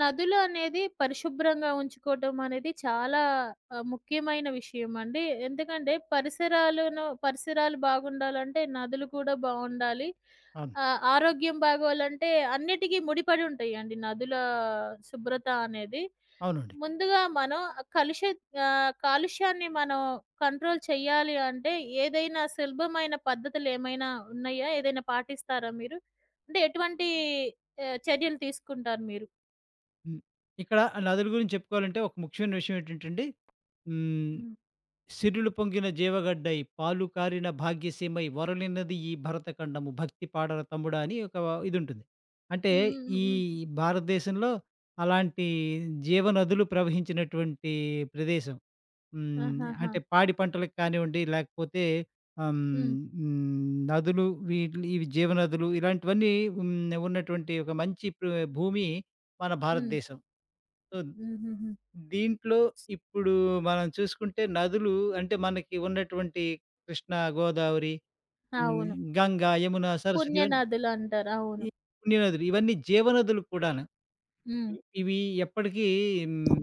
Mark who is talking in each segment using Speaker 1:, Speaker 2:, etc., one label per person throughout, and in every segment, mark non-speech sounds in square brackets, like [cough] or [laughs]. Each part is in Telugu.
Speaker 1: నదులు అనేది పరిశుభ్రంగా ఉంచుకోవటం అనేది చాలా ముఖ్యమైన విషయం అండి. ఎందుకంటే పరిసరాలు బాగుండాలంటే నదులు కూడా బావుండాలి.
Speaker 2: అవును.
Speaker 1: ఆరోగ్యం బాగోవాలంటే అన్నిటికి ముడిపడి ఉంటాయండి నదుల శుభ్రత అనేది.
Speaker 2: అవునండి.
Speaker 1: ముందుగా మనం కలుష కాలుష్యాన్ని మనం కంట్రోల్ చేయాలి అంటే ఏదైనా సులభమైన పద్ధతులేమైనా ఉన్నాయా? ఏదైనా పాటిస్తారా మీరు? అంటే ఎటువంటి చర్యలు తీసుకుంటారు మీరు?
Speaker 2: హ్మ్. ఇక్కడ నదుల గురించి చెప్పుకోవాలంటే ఒక ముఖ్యమైన విషయం ఏంటంటేండి, హ్మ్.
Speaker 1: హ్మ్.
Speaker 2: సిరులు పొంగిన జీవగడ్డై, పాలు కారిన భాగ్యసీమై, వరలినది ఈ భరతఖండము, భక్తి పాడర తమ్ముడా అని ఒక ఇదుంటుంది. అంటే
Speaker 1: హ్మ్. హ్మ్. హ్మ్.
Speaker 2: ఈ
Speaker 1: హ్మ్.
Speaker 2: భారతదేశంలో అలాంటి జీవనదులు ప్రవహించినటువంటి ప్రదేశం. హ్మ్.
Speaker 1: ఆహాహా!
Speaker 2: అంటే పాడి పంటలకు కానివ్వండి, లేకపోతే ఆహ్, హ్మ్,
Speaker 1: హ్మ్.
Speaker 2: నదులు వీటిలి ఇవి జీవనదులు ఇలాంటివన్నీ ఉన్నటువంటి ఒక మంచి భూమి మన
Speaker 1: హ్మ్.
Speaker 2: భారతదేశం. సో,
Speaker 1: హుహుహు.
Speaker 2: దీంట్లో ఇప్పుడు మనం చూసుకుంటే నదులు అంటే మనకి ఉన్నటువంటి కృష్ణ, గోదావరి, హ్మ్,
Speaker 1: అవును.
Speaker 2: గంగ, యమున, సరస్వతి ఇవన్నీ
Speaker 1: పుణ్యనదులంటారు.
Speaker 2: ఈ
Speaker 1: అవును.
Speaker 2: పుణ్యనదులు ఇవన్నీ జీవనదులు కూడాను.
Speaker 1: హ్మ్.
Speaker 2: ఇవి ఎప్పటికీ హ్మ్,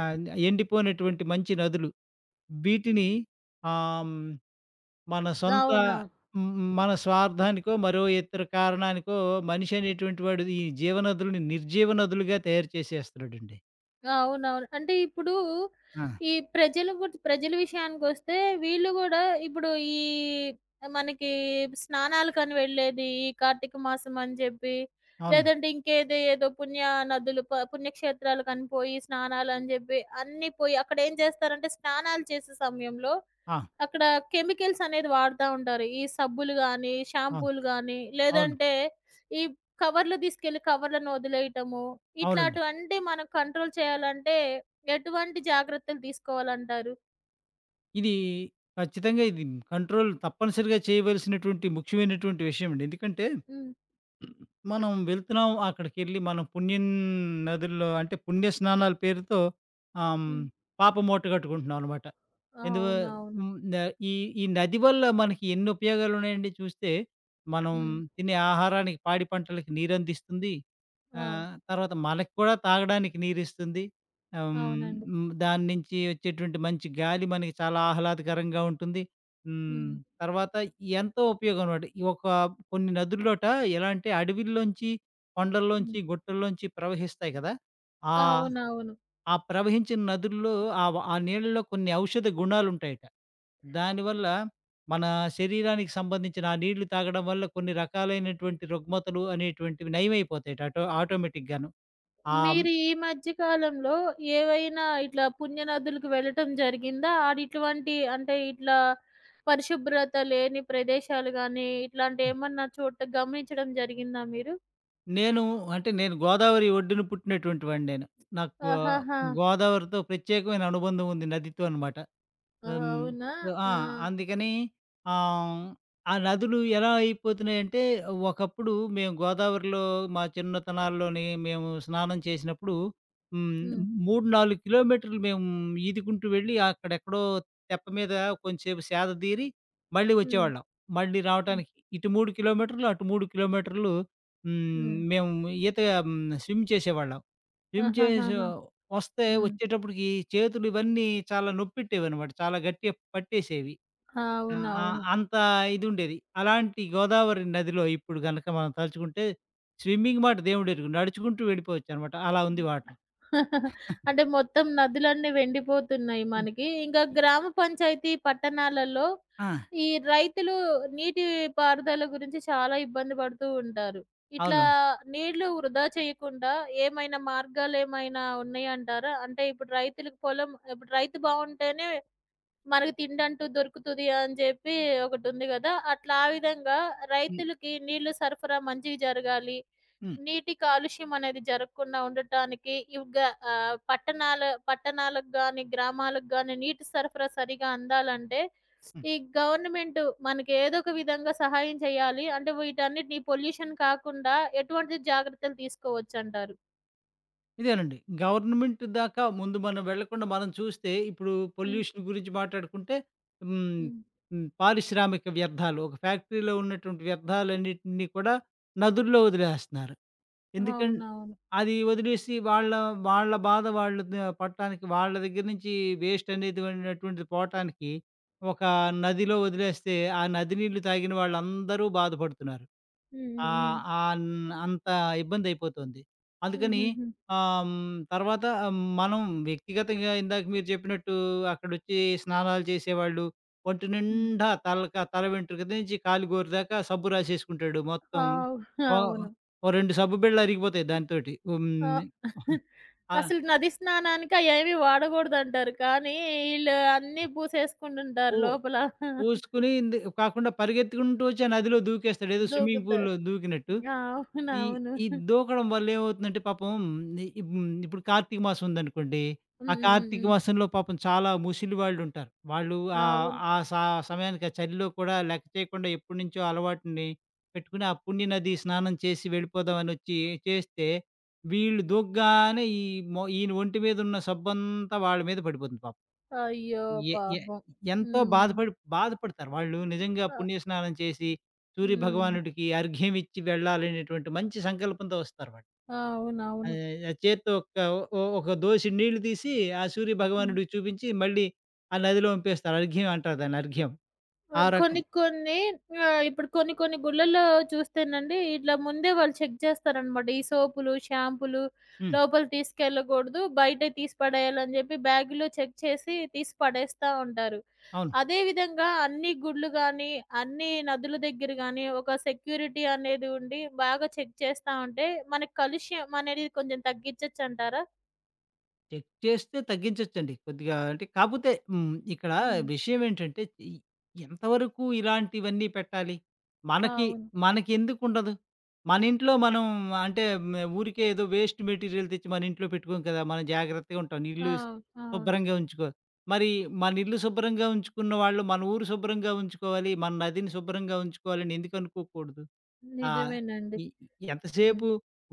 Speaker 2: ఆహ్, ఎండిపోయినటువంటి మంచి నదులు. వీటిని ఆహ్, హ్మ్, మన సొంత
Speaker 1: అవునవును.
Speaker 2: హ్మ్, మన స్వార్థానికో, మరో ఇతర కారణానికో మనిషి అనేటువంటి వాడు ఈ జీవనదులని నిర్జీవనదులుగా తయారు చేసేస్తున్నాడండి.
Speaker 1: అవునవును. అంటే ఇప్పుడు
Speaker 2: ఆ!
Speaker 1: ఈ ప్రజలు ప్రజల విషయానికొస్తే వీళ్ళు గూడా ఇప్పుడు ఈ మనకి స్నానాలకని వెళ్ళేది ఈ కార్తీక మాసం అని జెప్పి,
Speaker 2: అవునండి.
Speaker 1: లేదంటే ఇంకేదో ఏదో పుణ్య నదులు పుణ్యక్షేత్రాలకని పోయి స్నానాలని జెప్పి అన్నీ పోయి అక్కడేం జేస్తారంటే స్నానాలు చేసే సమయంలో
Speaker 2: ఆ!
Speaker 1: అక్కడ కెమికల్స్ అనేది వాడుతా ఉంటారు. ఈ సబ్బులు గానీ,
Speaker 2: అవును.
Speaker 1: షాంపూలు గానీ,
Speaker 2: అవును.
Speaker 1: లేదంటే ఈ కవర్లు తీసుకెళ్ళి కవర్లను వదిలేయటము.
Speaker 2: అవునండి.
Speaker 1: ఇట్లాటివంటే మనం కంట్రోల్ చేయాలంటే ఎటువంటి జాగ్రత్తలు తీసుకోవాలంటారు?
Speaker 2: ఇది ఖచ్చితంగా ఇది కంట్రోల్ తప్పనిసరిగా చేయవలసినటువంటి ముఖ్యమైనటువంటి విషయం అండి. ఎందుకంటే
Speaker 1: హ్మ్.
Speaker 2: హ్మ్. మనం వెళ్తున్నాం. అక్కడికెళ్ళి మనం పుణ్యం నదుల్లో అంటే పుణ్య స్నానాల పేరుతో ఆహ్, హ్మ్,
Speaker 1: హ్మ్.
Speaker 2: పాపం మూటగట్టుకుంటున్నాం అనమాట. ఎందువ
Speaker 1: అవునవును.
Speaker 2: హ్మ్. న ఈ ఈ నది వల్ల మనకి ఎన్ని ఉపయోగాలున్నాయండి చూస్తే, మనం
Speaker 1: హ్మ్.
Speaker 2: తినే ఆహారానికి, పాడి పంటలకి నీరందిస్తుంది.
Speaker 1: అవును.
Speaker 2: తర్వాత మనకి కూడా తాగడానికి నీరిస్తుంది. ఆహ్,
Speaker 1: అవునండి.
Speaker 2: దాని నుంచి వచ్చేటువంటి మంచి గాలి మనకి చాలా ఆహ్లాదకరంగా ఉంటుంది. హ్మ్.
Speaker 1: హ్మ్.
Speaker 2: తర్వాత ఎంతో ఉపయోగం అన్నమాట. ఒక కొన్ని నదుల్లోట ఎలా అంటే అడవిల్లోంచి, కొండల్లోంచి,
Speaker 1: హ్మ్.
Speaker 2: గుట్టల్లోంచి ప్రవహిస్తాయి కదా! ఆహ్,
Speaker 1: అవునవును.
Speaker 2: ఆ ప్రవహించిన నదుల్లో ఆ నీళ్ళలో కొన్ని ఔషధ గుణాలుంటాయట. దానివల్ల మన శరీరానికి సంబంధించిన ఆ నీళ్లు తాగడం వల్ల కొన్ని రకాలైనటువంటి రుగ్మతలు అనేటువంటివి నయమైపోతాయట ఆటోమేటిక్‌గాను. ఆహ్,
Speaker 1: మీరు ఈ మధ్య కాలంలో ఏవైనా ఇట్లా పుణ్యనదులకు వెళ్ళటం జరిగిందా? ఆడిటువంటి అంటే ఇట్లా పరిశుభ్రత లేని ప్రదేశాలు గాని, ఇట్లాంటియేమన్నా చోట గమనించడం జరిగిందా మీరు?
Speaker 2: నేను అంటే నేను గోదావరి ఒడ్డున పుట్టినటువంటి వాడిని నేను. నాకు
Speaker 1: ఆహాహా!
Speaker 2: గోదావరితో ప్రత్యేకమైన అనుబంధం ఉంది నదితో అన్నమాట. హ్మ్.
Speaker 1: అవునా!
Speaker 2: ఆ!
Speaker 1: ఆ!
Speaker 2: అందుకని ఆహ్, ఆ నదులు ఎలా అయిపోతున్నాయంటే ఒకప్పుడు మేము గోదావరిలో మా చిన్నతనాల్లోని మేము స్నానం చేసినప్పుడు హ్మ్.
Speaker 1: హ్మ్.
Speaker 2: 3, 4 కిలోమీటర్లు మేము ఈదుకుంటూ వెళ్ళి అక్కడెక్కడో తెప్ప మీద కొంచెంసేపు సేద దీరి మళ్ళీ
Speaker 1: హ్మ్.
Speaker 2: వచ్చేవాళ్ళం. మళ్ళీ
Speaker 1: హ్మ్.
Speaker 2: రావటానికి ఇటు 3 కిలోమీటర్లు, అటు 3 కిలోమీటర్లు హ్మ్.
Speaker 1: హ్మ్.
Speaker 2: మేము ఈత హ్మ్. స్విమ్ చేసేవాళ్ళం. స్విమ్ చేసే
Speaker 1: ఆహాహాహా!
Speaker 2: వస్తే
Speaker 1: హ్మ్.
Speaker 2: వచ్చేటప్పటికి చేతులు ఇవన్నీ చాలా నొప్పెట్టేవనమాట. చాలా గట్టిగా పట్టేసేవి. ఆ! ఆ!
Speaker 1: అవునవును.
Speaker 2: అంత ఇదుండేది. అలాంటి గోదావరి నదిలో ఇప్పుడు గనక మనం తలుచుకుంటే స్విమ్మింగ్ మాట దేవుడెరుగు. నడుచుకుంటూ వెళ్ళిపోవచ్చనమాట. అలా ఉంది వాటర్.
Speaker 1: [laughs] అంటే మొత్తం నదులన్నీ వెండిపోతున్నాయి
Speaker 2: హ్మ్.
Speaker 1: మనకి. ఇంకా
Speaker 2: హ్మ్.
Speaker 1: గ్రామ పంచాయతీ పట్టణాలలో
Speaker 2: ఆ!
Speaker 1: ఈ రైతులు నీటి పారుదల గురించి చాలా ఇబ్బంది పడుతూ ఉంటారు. ఇట్లా
Speaker 2: అవును.
Speaker 1: నీళ్లు వృధా చేయకుండా ఏమైనా మార్గాలేమైనా ఉన్నాయంటారా? అంటే ఇప్పుడు రైతులకు పొలం ఇప్పుడు రైతు బావుంటేనే మనకు తిండంటూ దొరుకుతది అని జెప్పి ఒకటుంది గదా! అట్లా ఆ విధంగా
Speaker 2: హ్మ్.
Speaker 1: రైతులకి నీళ్ళు సరఫరా మంచిగా జరగాలి.
Speaker 2: హ్మ్.
Speaker 1: నీటి కాలుష్యం అనేది జరగకుండా ఉండటానికి పట్టణాల పట్టణాలకు గాని, గ్రామాలకు గాని నీటి సరఫరా సరిగా అందాలంటే
Speaker 2: హ్మ్.
Speaker 1: ఈ గవర్నమెంట్ మనకి ఏదో ఒక విధంగా సహాయం చేయాలి. అంటే వీటన్నిటిని పొల్యూషన్ కాకుండా ఎటువంటి జాగ్రత్తలు తీసుకోవచ్చంటారు?
Speaker 2: ఇదేనండి. గవర్నమెంట్ దాకా ముందు మనం వెళ్ళకుండా మనం చూస్తే ఇప్పుడు
Speaker 1: హ్మ్.
Speaker 2: పొల్యూషన్ గురించి మాట్లాడుకుంటే హ్మ్.
Speaker 1: హ్మ్.
Speaker 2: హ్మ్. పారిశ్రామిక వ్యర్థాలు ఒక ఫ్యాక్టరీలో ఉన్నటువంటి వ్యర్థాలన్నిటిని కూడా నదుల్లో వదిలేస్తున్నారు. ఎందుకన్
Speaker 1: అవునవును.
Speaker 2: అది వదిలేసి వాళ్ళ వాళ్ళ బాధ వాళ్ళు ద పడటానికి వాళ్ళ దగ్గర నుంచి వేస్ట్ అనేది అనేటువంటిది పోవటానికి ఒక నదిలో వదిలేస్తే, ఆ నది నీళ్లు తాగిన వాళ్ళందరూ బాధపడుతున్నారు.
Speaker 1: హ్మ్. హ్మ్.
Speaker 2: ఆహ్,
Speaker 1: హ్మ్.
Speaker 2: ఆన్ అంత ఇబ్బందయిపోతుంది. అందుకని
Speaker 1: హుహుహు.
Speaker 2: తర్వాత మనం వ్యక్తిగతంగా ఇందాక మీరు చెప్పినట్టు అక్కడొచ్చి స్నానాలు చేసేవాళ్ళు ఒంటి
Speaker 1: హ్మ్.
Speaker 2: నిండా తల వెంట్రుక నుంచి కాలి గోరు దాకా సబ్బు రాసేసుకుంటాడు
Speaker 1: ఆ!
Speaker 2: మొత్తం. ఓ
Speaker 1: అవును.
Speaker 2: ఓ 2 సబ్బు బిళ్ళలు అరిగిపోతాయి దానితోటి.
Speaker 1: ఆ!
Speaker 2: హ్మ్. ఆ!
Speaker 1: అసలు నది స్నానానికి అయేవి వాడగూడదంటారు. కానీ ఈళ్ళు అన్నీ పూసేసుకుంటుంటారు
Speaker 2: పూ
Speaker 1: లోపల.
Speaker 2: పూసుకునింది కాకుండా పరిగెత్తుకుంటూ వచ్చి ఆ నదిలో దూకేస్తాడు. ఏదో స్విమ్మింగ్
Speaker 1: దూకుత
Speaker 2: పూల్‌లో దూకినట్టు.
Speaker 1: ఆ!
Speaker 2: ఈ
Speaker 1: అవునవును.
Speaker 2: ఈ
Speaker 1: హ్మ్.
Speaker 2: దూకడం వల్ల ఏమవుతుందంటే పాపం ఇ హ్మ్. ఇప్పుడు కార్తీక మాసం ఉందనుకోండి. ఆ
Speaker 1: హ్మ్.
Speaker 2: కార్తీక
Speaker 1: హ్మ్.
Speaker 2: మాసంలో పాపం చాలా ముసలి వాళ్ళుంటారు. వాళ్ళు
Speaker 1: అవును.
Speaker 2: ఆ స సమయానికి ఆ చలిలో కూడా లెక్క చేయకుండా ఎప్పటినుంచో అలవాటుని పెట్టుకుని, ఆ పుణ్యనది స్నానం చేసి వెళ్ళిపోదామనొచ్చి చేస్తే, వీళ్ళు దూకగానే ఈ మొ ఈయన ఒంటి మీదున్న సబ్బంతా వాళ్ళ మీద పడిపోతుంది పాపం.
Speaker 1: అయ్యో!
Speaker 2: ఎ ఎ
Speaker 1: పాపం.
Speaker 2: ఎంతో
Speaker 1: హ్మ్.
Speaker 2: బాధపడి బాధపడతారు. వాళ్ళు నిజంగా
Speaker 1: ఆ!
Speaker 2: పుణ్యస్నానం చేసి
Speaker 1: హ్మ్.
Speaker 2: సూర్యభగవానుడికి అర్ఘ్యం ఇచ్చి వెళ్ళాలనేటువంటి మంచి సంకల్పంతో వస్తారు వాళ్ళు.
Speaker 1: అవునవును.
Speaker 2: ఆ చేత్తో ఒక్క ఒ ఒక దోసెడు నీళ్లు తీసి ఆ
Speaker 1: హ్మ్.
Speaker 2: సూర్యభగవానుడికి చూపించి మళ్ళీ ఆ నదిలో వంపేస్తారు. అర్ఘ్యం అంటారు దాన్ని అర్ఘ్యం. ఆ రకం
Speaker 1: కొన్ని కొన్ని ఇప్పుడు కొన్ని కొన్ని గుళ్ళల్లో చూస్తేనండి, ఇట్లా ముందే వాళ్ళు చెక్ చేస్తారనమాట. ఈ సోపులు, షాంపూలు
Speaker 2: హ్మ్.
Speaker 1: లోపలికి తీసుకెళ్ళకూడదు. బయటే తీసి పడేయాలని చెప్పి బ్యాగులో చెక్ చేసి తీసి పడేస్తా ఉంటారు.
Speaker 2: అవును.
Speaker 1: అదే విధంగా అన్ని గుళ్ళు గాని, అన్ని నదుల దగ్గర గాని ఒక సెక్యూరిటీ అనేది ఉండి బాగా చెక్ చేస్తా ఉంటే మనకి కలుష్యం అనేది కొంచెం తగ్గించొచ్చంటారా?
Speaker 2: చెక్ చేస్తే తగ్గించొచ్చండి. కొద్దిగా అంటే కాపోతే హ్మ్. ఇక్కడ
Speaker 1: హ్మ్.
Speaker 2: విషయం ఏంటంటే ఈ ఎంతవరకు ఇలాంటివన్నీ పెట్టాలి? మనకి
Speaker 1: అవును.
Speaker 2: మనకెందుకుండదు? మనింట్లో మనం అంటే ఊరికే ఏదో వేస్ట్ మెటీరియల్ తెచ్చి మన ఇంట్లో పెట్టుకోం కదా! మనం జాగ్రత్తగా ఉంటాం. ఇల్లు
Speaker 1: ఆ! అవును.
Speaker 2: శుభ్రంగా ఉంచుకో మరి మన ఇల్లు శుభ్రంగా ఉంచుకున్న వాళ్ళు మన ఊరు శుభ్రంగా ఉంచుకోవాలి. మన నదిని శుభ్రంగా ఉంచుకోవాలని ఎందుకు అనుకోకూడదు? ఆ!
Speaker 1: నిజమేనండి.
Speaker 2: ఈ
Speaker 1: హ్మ్.
Speaker 2: ఎంతసేపు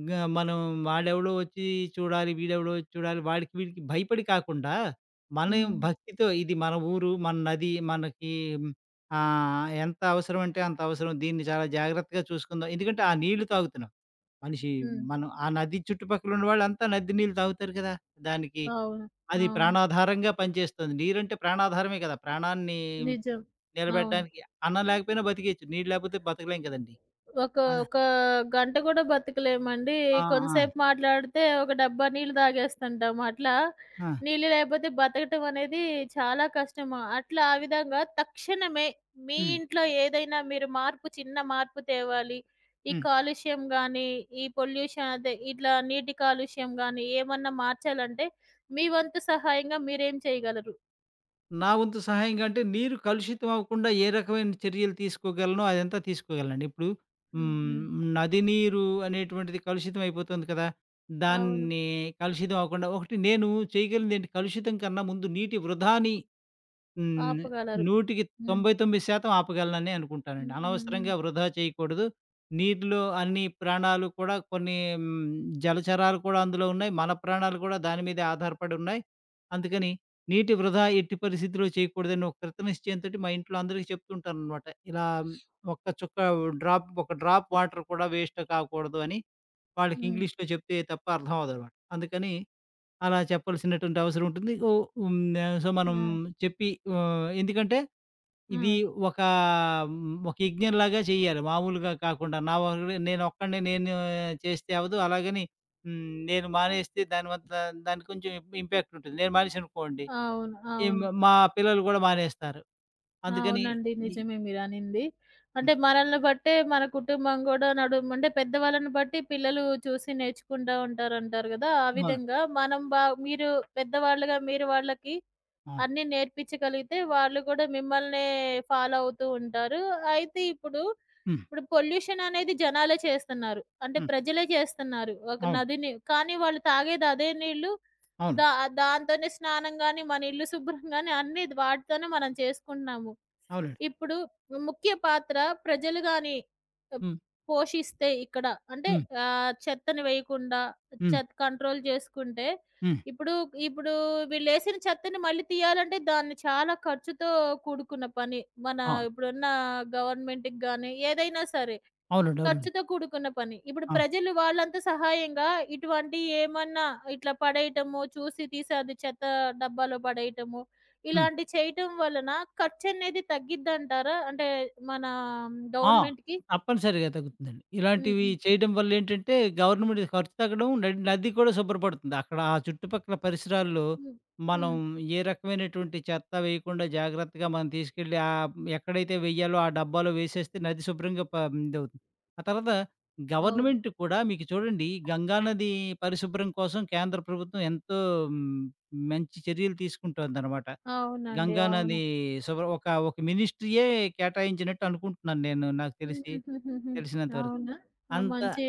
Speaker 2: గ మనం వాడెవడో వచ్చి వీడెవడో వచ్చి చూడాలి, వాడికి వీడికి భయపడి కాకుండా, మనం హ్మ్.
Speaker 1: హ్మ్.
Speaker 2: భక్తితో ఇది మన ఊరు, మన నది, మనకి ఎంత అవసరం అంటే అంత అవసరం. దీన్ని చాలా జాగ్రత్తగా చూసుకుందాం. ఎందుకంటే ఆ నీళ్లు తాగుతున్నాం. మనిషి
Speaker 1: హ్మ్.
Speaker 2: మనం ఆ నది చుట్టుపక్కల ఉన్నవాళ్ళంతా నది నీళ్ళు తాగుతారు కదా! దానికి
Speaker 1: అవును.
Speaker 2: అది
Speaker 1: అవును.
Speaker 2: ప్రాణాధారంగా పనిచేస్తుంది. నీరంటే ప్రాణాధారమే కదా! ప్రాణాన్ని
Speaker 1: నిజం. అవును.
Speaker 2: నిలబెట్టడానికి అన్నం లేకపోయినా బతికేయచ్చు. నీళ్ళు లేకపోతే బతకలేం కదండీ!
Speaker 1: ఒక
Speaker 2: ఆ!
Speaker 1: ఒక గంట కూడా బతకలేమండి.
Speaker 2: ఆ! ఆ!
Speaker 1: కొంతసేపు మాట్లాడితే ఒక డబ్బా నీళ్ళు తాగేస్తుంటాం. అట్లా
Speaker 2: ఆ!
Speaker 1: నీళ్ళు లేకపోతే బతకటం అనేది చాలా కష్టము. అట్లా ఆ విధంగా తక్షణమే మీ
Speaker 2: హ్మ్.
Speaker 1: ఇంట్లో ఏదైనా మీరు చిన్న మార్పు తేవాలి. ఈ
Speaker 2: హ్మ్.
Speaker 1: కాలుష్యం గానీ, ఈ పొల్యూషన్ అదే ఇట్లా నీటి కాలుష్యం గానీ ఏమన్నా మార్చాలంటే మీ వంతు సహాయంగా మీరేం చేయగలరు?
Speaker 2: నా వంతు సహాయంగా అంటే నీరు కలుషితం అవ్వకుండా ఏ రకమైన చర్యలు తీసుకోగలనో అదంతా తీసుకోగలనండి. ఇప్పుడు
Speaker 1: హ్మ్. హ్మ్.
Speaker 2: హ్మ్. నది నీరు అనేటువంటిది కలుషితం అయిపోతుంది కదా!
Speaker 1: అవును.
Speaker 2: దాన్ని కలుషితం అవ్వకుండా ఒకటి నేను చేయగలిగిందేంటి కలుషితం కన్నా ముందు నీటి వృధాని హ్మ్.
Speaker 1: ఆపగలరు.
Speaker 2: 100కి
Speaker 1: హ్మ్.
Speaker 2: 99% ఆపగలనని అనుకుంటానండి.
Speaker 1: హ్మ్. హ్మ్.
Speaker 2: అనవసరంగా వృధా చేయకూడదు. నీటిలో అన్ని ప్రాణాలు కూడా కొన్ని జలచరాలు కూడా అందులో ఉన్నాయి. మన ప్రాణాలు కూడా దాని మీదే ఆధారపడి ఉన్నాయి. అందుకని నీటి వృధా ఎట్టి పరిస్థితిలో చేయకూడదని ఒక కృత నిశ్చయంతోటి మా ఇంట్లో అందరికీ చెప్తుంటాననమాట. ఇలా ఒక్క చుక్క డ్రాప్ ఒక డ్రాప్ వాటర్ కూడా వేస్ట్ కాకూడదు అని వాళ్ళకి
Speaker 1: హ్మ్.
Speaker 2: ఇంగ్లీష్‌లో చెప్తే తప్ప అర్థం అవ్వదనమాట. అందుకని అలా చెప్పాల్సినటువంటి అవసరం ఉంటుంది. ఓ హ్మ్. సో, మనం
Speaker 1: హ్మ్. ఆ!
Speaker 2: చెప్పి ఎందుకంటే ఇది
Speaker 1: ఆ!
Speaker 2: ఒక ఒక యజ్ఞంలాగా చేయాలి. మామూలుగా కాకుండా నా వల్ల నేనొక్కడినే నేను చేస్తే అవ్వదు. అలాగని హ్మ్, నేను మానేస్తే దాని వల్ల దానికి కొంచెం ఇంపాక్ట్ ఉంటుంది. నేను మానేశాననుకోండి,
Speaker 1: అవును.
Speaker 2: ఈ మ
Speaker 1: అవును.
Speaker 2: మా పిల్లలు కూడా మానేస్తారు. అందుకని
Speaker 1: అవునండి.
Speaker 2: ఈ
Speaker 1: నిజమే మీరనింది.
Speaker 2: హ్మ్.
Speaker 1: అంటే మనల్ని బట్టే మన కుటుంబం గూడా నడుం అంటే పెద్దవాళ్ళని బట్టి పిల్లలు చూసి నేర్చుకుంటా ఉంటారంటారు గదా! ఆ
Speaker 2: అవును.
Speaker 1: విధంగా మనం మీరు పెద్దవాళ్ళుగా మీరు వాళ్ళకి
Speaker 2: అవును.
Speaker 1: అన్నీ నేర్పించగలిగితే వాళ్ళు కూడా మిమ్మల్నే ఫాలో అవుతూ ఉంటారు. అయితే ఇప్పుడు,
Speaker 2: హ్మ్.
Speaker 1: ఇప్పుడు పొల్యూషన్ అనేది జనాలే చేస్తున్నారు. అంటే
Speaker 2: హ్మ్.
Speaker 1: ప్రజలే చేస్తున్నారు. ఒక
Speaker 2: అవును.
Speaker 1: నదిని కానీ వాళ్ళు తాగేది అదే నీళ్ళు.
Speaker 2: అవును.
Speaker 1: దా దాంతోనే స్నానం గాని, మన ఇల్లు శుభ్రం గాని అన్నీ వాటితోనే మనం చేసుకుంటున్నాము.
Speaker 2: అవునండి.
Speaker 1: ఇప్పుడు ముఖ్య పాత్ర ప్రజలు గాని ఆహ్,
Speaker 2: హ్మ్.
Speaker 1: పోషిస్తే ఇక్కడ అంటే
Speaker 2: హ్మ్.
Speaker 1: చెత్తను వేయకుండా
Speaker 2: హ్మ్.
Speaker 1: చెత్త కంట్రోల్ చేసుకుంటే
Speaker 2: హ్మ్.
Speaker 1: ఇప్పుడు ఇప్పుడు వీళ్ళేసిన చెత్తని మళ్ళీ తీయాలంటే దాన్ని చాలా ఖర్చుతో కూడుకున్న పని. మన
Speaker 2: ఆ!
Speaker 1: ఇప్పుడున్న గవర్నమెంట్‌కి గాని ఏదైనా సరే.
Speaker 2: అవునండి. అవునండి.
Speaker 1: ఖర్చుతో కూడుకున్న పని. ఇప్పుడు
Speaker 2: ఆ!
Speaker 1: ప్రజలు వాళ్ళంత సహాయంగా ఇటువంటి ఏమన్నా ఇట్లా పడేయటము, చూసి తీసి అది చెత్త డబ్బాలో పడేయటము,
Speaker 2: హ్మ్.
Speaker 1: ఇలాంటి చేయటం వలన ఖర్చనేది తగ్గిద్దంటారా? అంటే మన
Speaker 2: ఆ!
Speaker 1: గవర్నమెంట్‌కి?
Speaker 2: తప్పనిసరిగా తగ్గుతుందండి.
Speaker 1: హ్మ్.
Speaker 2: ఇలాంటివి
Speaker 1: హ్మ్.
Speaker 2: చేయడం వల్లేంటంటే, గవర్నమెంట్ ఖర్చు తగ్గడం, నది కూడా శుభ్రపడుతుంది. అక్కడ ఆ చుట్టుపక్కల పరిసరాల్లో
Speaker 1: హ్మ్.
Speaker 2: మనం
Speaker 1: హ్మ్.
Speaker 2: ఏ రకమైనటువంటి చెత్త వేయకుండా జాగ్రత్తగా మనం తీసుకెళ్ళి ఎక్కడైతే వెయ్యాలో ఆ డబ్బాలో వేసేస్తే నది శుభ్రంగా ఇదవుతుంది. ఆ తర్వాత
Speaker 1: అవును.
Speaker 2: గవర్నమెంట్ కూడా మీకు చూడండి గంగా నది పరిశుభ్రం కోసం కేంద్ర ప్రభుత్వం ఎంతో హ్మ్, మంచి చర్యలు తీసుకుంటోందనమాట.
Speaker 1: అవునండి.
Speaker 2: గంగా
Speaker 1: అవును.
Speaker 2: నది ఒక మినిస్ట్రీయే కేటాయించినట్టు అనుకుంటున్నాను నేను నాకు
Speaker 1: [laughs]
Speaker 2: తెలిసి,
Speaker 1: హుహుహుహుహు.
Speaker 2: తెలిసినంత వరకు.
Speaker 1: అవునా? ఆ!
Speaker 2: అంత
Speaker 1: మంచి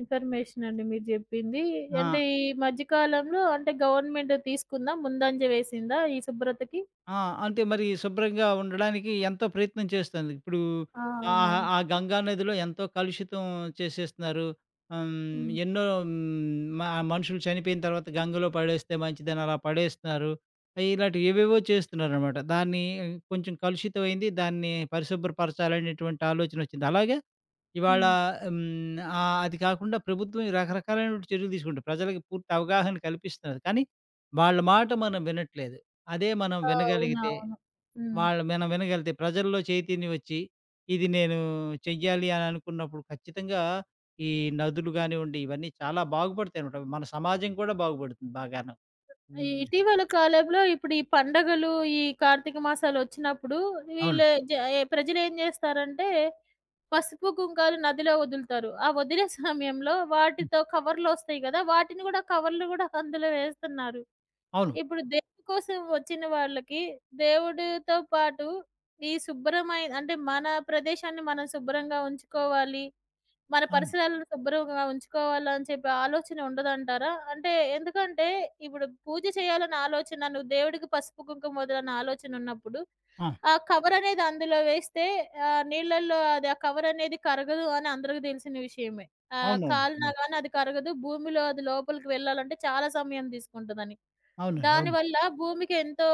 Speaker 1: ఇన్ఫర్మేషన్ అండి మీరు జెప్పింది.
Speaker 2: ఆ!
Speaker 1: అంటే ఈ మధ్య కాలంలో అంటే గవర్నమెంట్ తీసుకుందా? ముందంజ వేసిందా ఈ శుభ్రతకి?
Speaker 2: ఆ! అంటే మరి శుభ్రంగా ఉండడానికి ఎంతో ప్రయత్నం చేస్తుంది. ఇప్పుడు
Speaker 1: ఆ! అవునవును.
Speaker 2: ఆ గంగా నదిలో ఎంతో కలుషితం చేసేస్తున్నారు. ఆహ్,
Speaker 1: హ్మ్.
Speaker 2: ఎన్నో హ్మ్, మ మనుషులు చనిపోయిన తర్వాత గంగలో పడేస్తే మంచిదని అలా పడేస్తున్నారు. ఇలాంటివి ఏవేవో చేస్తున్నారనమాట. దాన్ని కొంచెం కలుషితమైంది. దాన్ని పరిశుభ్రపరచాలనేటువంటి ఆలోచన వచ్చింది. అలాగే ఇవాళ
Speaker 1: హ్మ్.
Speaker 2: హ్మ్, అది కాకుండా ప్రభుత్వం రకరకాలైనటువంటి చర్యలు తీసుకుంటుంది. ప్రజలకి పూర్తి అవగాహన కల్పిస్తున్నారు. కానీ వాళ్ళ మాట మనం వినట్లేదు. అదే మనం వినగలిగితే,
Speaker 1: అవునవును. హ్మ్.
Speaker 2: మనం వినగలిగితే ప్రజల్లో చైతన్యం వచ్చి, ఇది నేను చెయ్యాలి అని అనుకున్నప్పుడు ఖచ్చితంగా ఈ నదులు గానివ్వండి, ఇవన్నీ చాలా బాగుపడతాయనమాట. మన సమాజం కూడా బాగుపడుతుంది బాగాను. హ్మ్.
Speaker 1: ఇటీవల కాలంలో ఇప్పుడు ఈ పండగలు, ఈ కార్తీక మాసాలొచ్చినప్పుడు
Speaker 2: అవును.
Speaker 1: వీళ్ళు జ ఏ ప్రజలేం జేస్తారంటే, పసుపు, కుంకాలు నదిలో వదులుతారు. ఆ వదిలే సమయంలో
Speaker 2: హ్మ్.
Speaker 1: వాటితో కవర్‌లొస్తాయి గదా! వాటిని గూడా కవర్లు గూడా అందులో వేస్తున్నారు.
Speaker 2: అవును.
Speaker 1: ఇప్పుడు దేవుడి కోసం వచ్చిన వాళ్ళకి, దేవుడితో పాటు ఈ శుభ్రమై అంటే మన ప్రదేశాన్ని మనం శుభ్రంగా ఉంచుకోవాలి. మన
Speaker 2: అవును.
Speaker 1: పరిసరాలను శుభ్రంగా ఉంచుకోవాలని చెప్పి ఆలోచన ఉండదంటారా? అంటే ఎందుకంటే ఇప్పుడు పూజ చేయాలన్న ఆలోచన నువ్వు దేవుడికి పసుపు, కుంకుమ మొదలన్న ఆలోచన ఉన్నప్పుడు
Speaker 2: ఆ!
Speaker 1: ఆ కవర్ అనేది అందులో వేస్తే నీళ్ళల్లో అది ఆ కవర్ అనేది కరగదు అని అందరికి తెలిసిన విషయమే.
Speaker 2: అవునవును.
Speaker 1: కాలినా
Speaker 2: హ్మ్.
Speaker 1: గాని అది కరగదు. భూమిలో అది లోపలికి వెళ్ళాలంటే చాలా సమయం తీసుకుంటదని.
Speaker 2: అవునండి. అవును.
Speaker 1: దానివల్ల భూమికి ఎంతో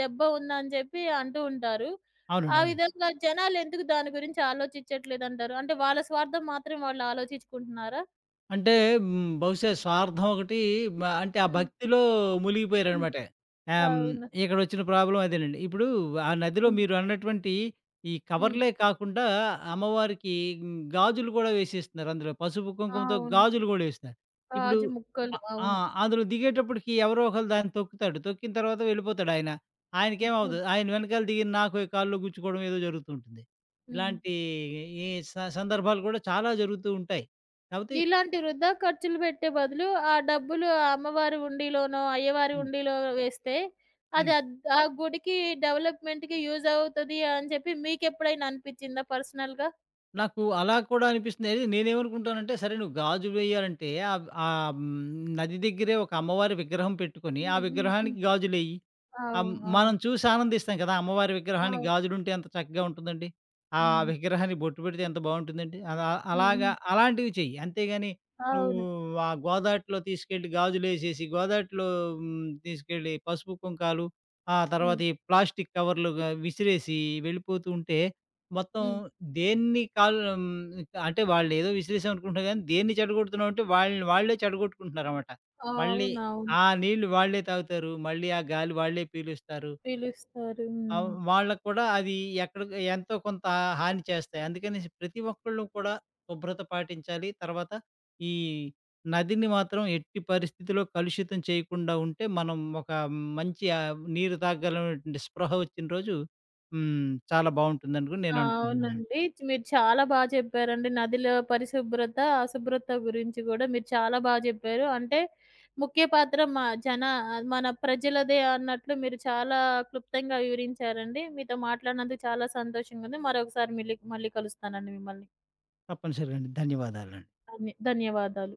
Speaker 1: దెబ్బ ఉందని చెప్పి అంటూ ఉంటారు.
Speaker 2: అవునండి.
Speaker 1: ఆ
Speaker 2: అవును.
Speaker 1: విధంగా జనాలు ఎందుకు దాని గురించి ఆలోచించట్లేదంటారు? అంటే వాళ్ళ స్వార్థం మాత్రం వాళ్ళు ఆలోచించుకుంటున్నారా?
Speaker 2: అంటే హ్మ్. బహుశా స్వార్థం ఒకటి అంటే ఆ
Speaker 1: హ్మ్.
Speaker 2: భక్తిలో
Speaker 1: హ్మ్.
Speaker 2: మునిగిపోయారనమాట. ఆహ్, హ్మ్.
Speaker 1: అవును.
Speaker 2: ఇక్కడొచ్చిన ప్రాబ్లమ్ అదేనండి. ఇప్పుడు ఆ నదిలో
Speaker 1: హ్మ్.
Speaker 2: మీరు అన్నటువంటి ఈ
Speaker 1: హ్మ్.
Speaker 2: కవర్‌లే కాకుండా అమ్మవారికి హ్మ్. గాజులు కూడా వేసేస్తున్నారు అందులో. పసుపు, కుంకుమతో
Speaker 1: అవును.
Speaker 2: గాజులు గూడా ఏస్తున్నారు. ఇప్పుడు
Speaker 1: గాజు
Speaker 2: అ
Speaker 1: ముక్కలు.
Speaker 2: ఆ!
Speaker 1: అవును.
Speaker 2: అందులో దిగేటప్పటికి ఎవరో ఒకళ్ళు దాన్ని తొక్కుతాడు. తొక్కిన తర్వాత వెళ్ళిపోతాడాయన. ఆయనకేమవ్వదు.
Speaker 1: కుజ్
Speaker 2: ఆయన వెనకాల దిగిన నాకు కాళ్ళలో గుచ్చుకోవడం ఏదో జరుగుతూ ఉంటుంది.
Speaker 1: హ్మ్.
Speaker 2: ఇలాంటి ఈ స సందర్భాలు కూడా చాలా జరుగుతూ ఉంటాయి. కాపోతే
Speaker 1: ఇలాంటి వృధా ఖర్చులు పెట్టే బదులు ఆ డబ్బులు ఆ అమ్మవారి హుండీలోనో, అయ్యవారి
Speaker 2: హ్మ్.
Speaker 1: హుండీలో వేస్తే అది
Speaker 2: హ్మ్.
Speaker 1: అద్ ఆ గుడికి డెవలప్‌మెంట్‌కి యూజ్ అవుతది అని చెప్పి మీకెప్పుడైనా అనిపిచ్చిందా పర్సనల్‌గా?
Speaker 2: నాకు అలా కూడా అనిపిస్తుంది. అది నేనేమనుకుంటానంటే, సరే నువ్వు గాజు వేయాలంటే ఆహ్, ఆహ్, హ్మ్, నది దగ్గరే ఒక అమ్మవారి విగ్రహం పెట్టుకొని, ఆ
Speaker 1: హ్మ్. హ్మ్. హ్మ్.
Speaker 2: విగ్రహానికి గాజులెయ్యి. అం
Speaker 1: అవును.
Speaker 2: మనం
Speaker 1: అవును.
Speaker 2: చూసి ఆనందిస్తాం కదా! అమ్మవారి విగ్రహానికి
Speaker 1: అవును.
Speaker 2: గాజులుంటే ఎంత చక్కగా ఉంటుందండి. ఆ
Speaker 1: హ్మ్.
Speaker 2: విగ్రహానికి బొట్టు పెడితే ఎంత బావుంటుందండి.
Speaker 1: హ్మ్.
Speaker 2: అలాగా
Speaker 1: హ్మ్.
Speaker 2: అలాంటివి చెయ్యి. అంతేగాని నువ్వు
Speaker 1: అవును.
Speaker 2: ఆ గోదాటిలో తీసుకెళ్ళి గాజులేసేసి, గోదాటిలో తీసుకెళ్ళి పసుపు, కుంకాలు, ఆ
Speaker 1: హ్మ్.
Speaker 2: తర్వాత ఈ ప్లాస్టిక్ కవర్లుగా విసిరేసి వెళ్ళిపోతూ ఉంటే, మొత్తం
Speaker 1: హ్మ్.
Speaker 2: దేన్ని కాల్ హ్మ్, అంటే వాళ్ళేదో విసిరేసాం అనుకుంటున్నారు గానీ, దేన్ని చెడగొడుతున్నామంటే వాళ్ళని వాళ్ళే చెడగొట్టుకుంటున్నారనమాట. మళ్ళీ
Speaker 1: అవునవును.
Speaker 2: ఆ నీళ్ళు వాళ్ళే తాగుతారు. మళ్ళీ ఆ గాలి వాళ్ళే పీలుస్తారు.
Speaker 1: పిలుస్తారు. హ్మ్.
Speaker 2: వాళ్ళకి కూడా అది ఎక్కడ ఎంతో కొంత హాని చేస్తాయి. అందుకనేసి ప్రతి ఒక్కళ్ళు కూడా శుభ్రత పాటించాలి. తర్వాత ఈ నదిని మాత్రం ఎట్టి పరిస్థితిలో కలుషితం చేయకుండా ఉంటే మనం ఒక మంచి నీరు తాగగలమైనటువంటి స్పృహ వచ్చిన రోజు హ్మ్. చాలా బావుంటుందనుకుని నేను అనుకుంటున్నానండి.
Speaker 1: అవునండి. మీరు చాలా బా చెప్పారండి. నదిలో పరిశుభ్రత, అశుభ్రత గురించి గూడా మీరు చాలా బా జెప్పారు. అంటే ముఖ్య పాత్ర మా జన మన ప్రజలదే అన్నట్లు మీరు చాలా క్లుప్తంగా వివరించారండి. మీతో మాట్లాడినందుకు చాలా సంతోషంగా ఉంది. మరొకసారి మళ్ళీ కలుస్తానండి మిమ్మల్ని.
Speaker 2: తప్పనిసరిగా అండి. ధన్యవాదాలండి.
Speaker 1: ధన్యవాదాలు.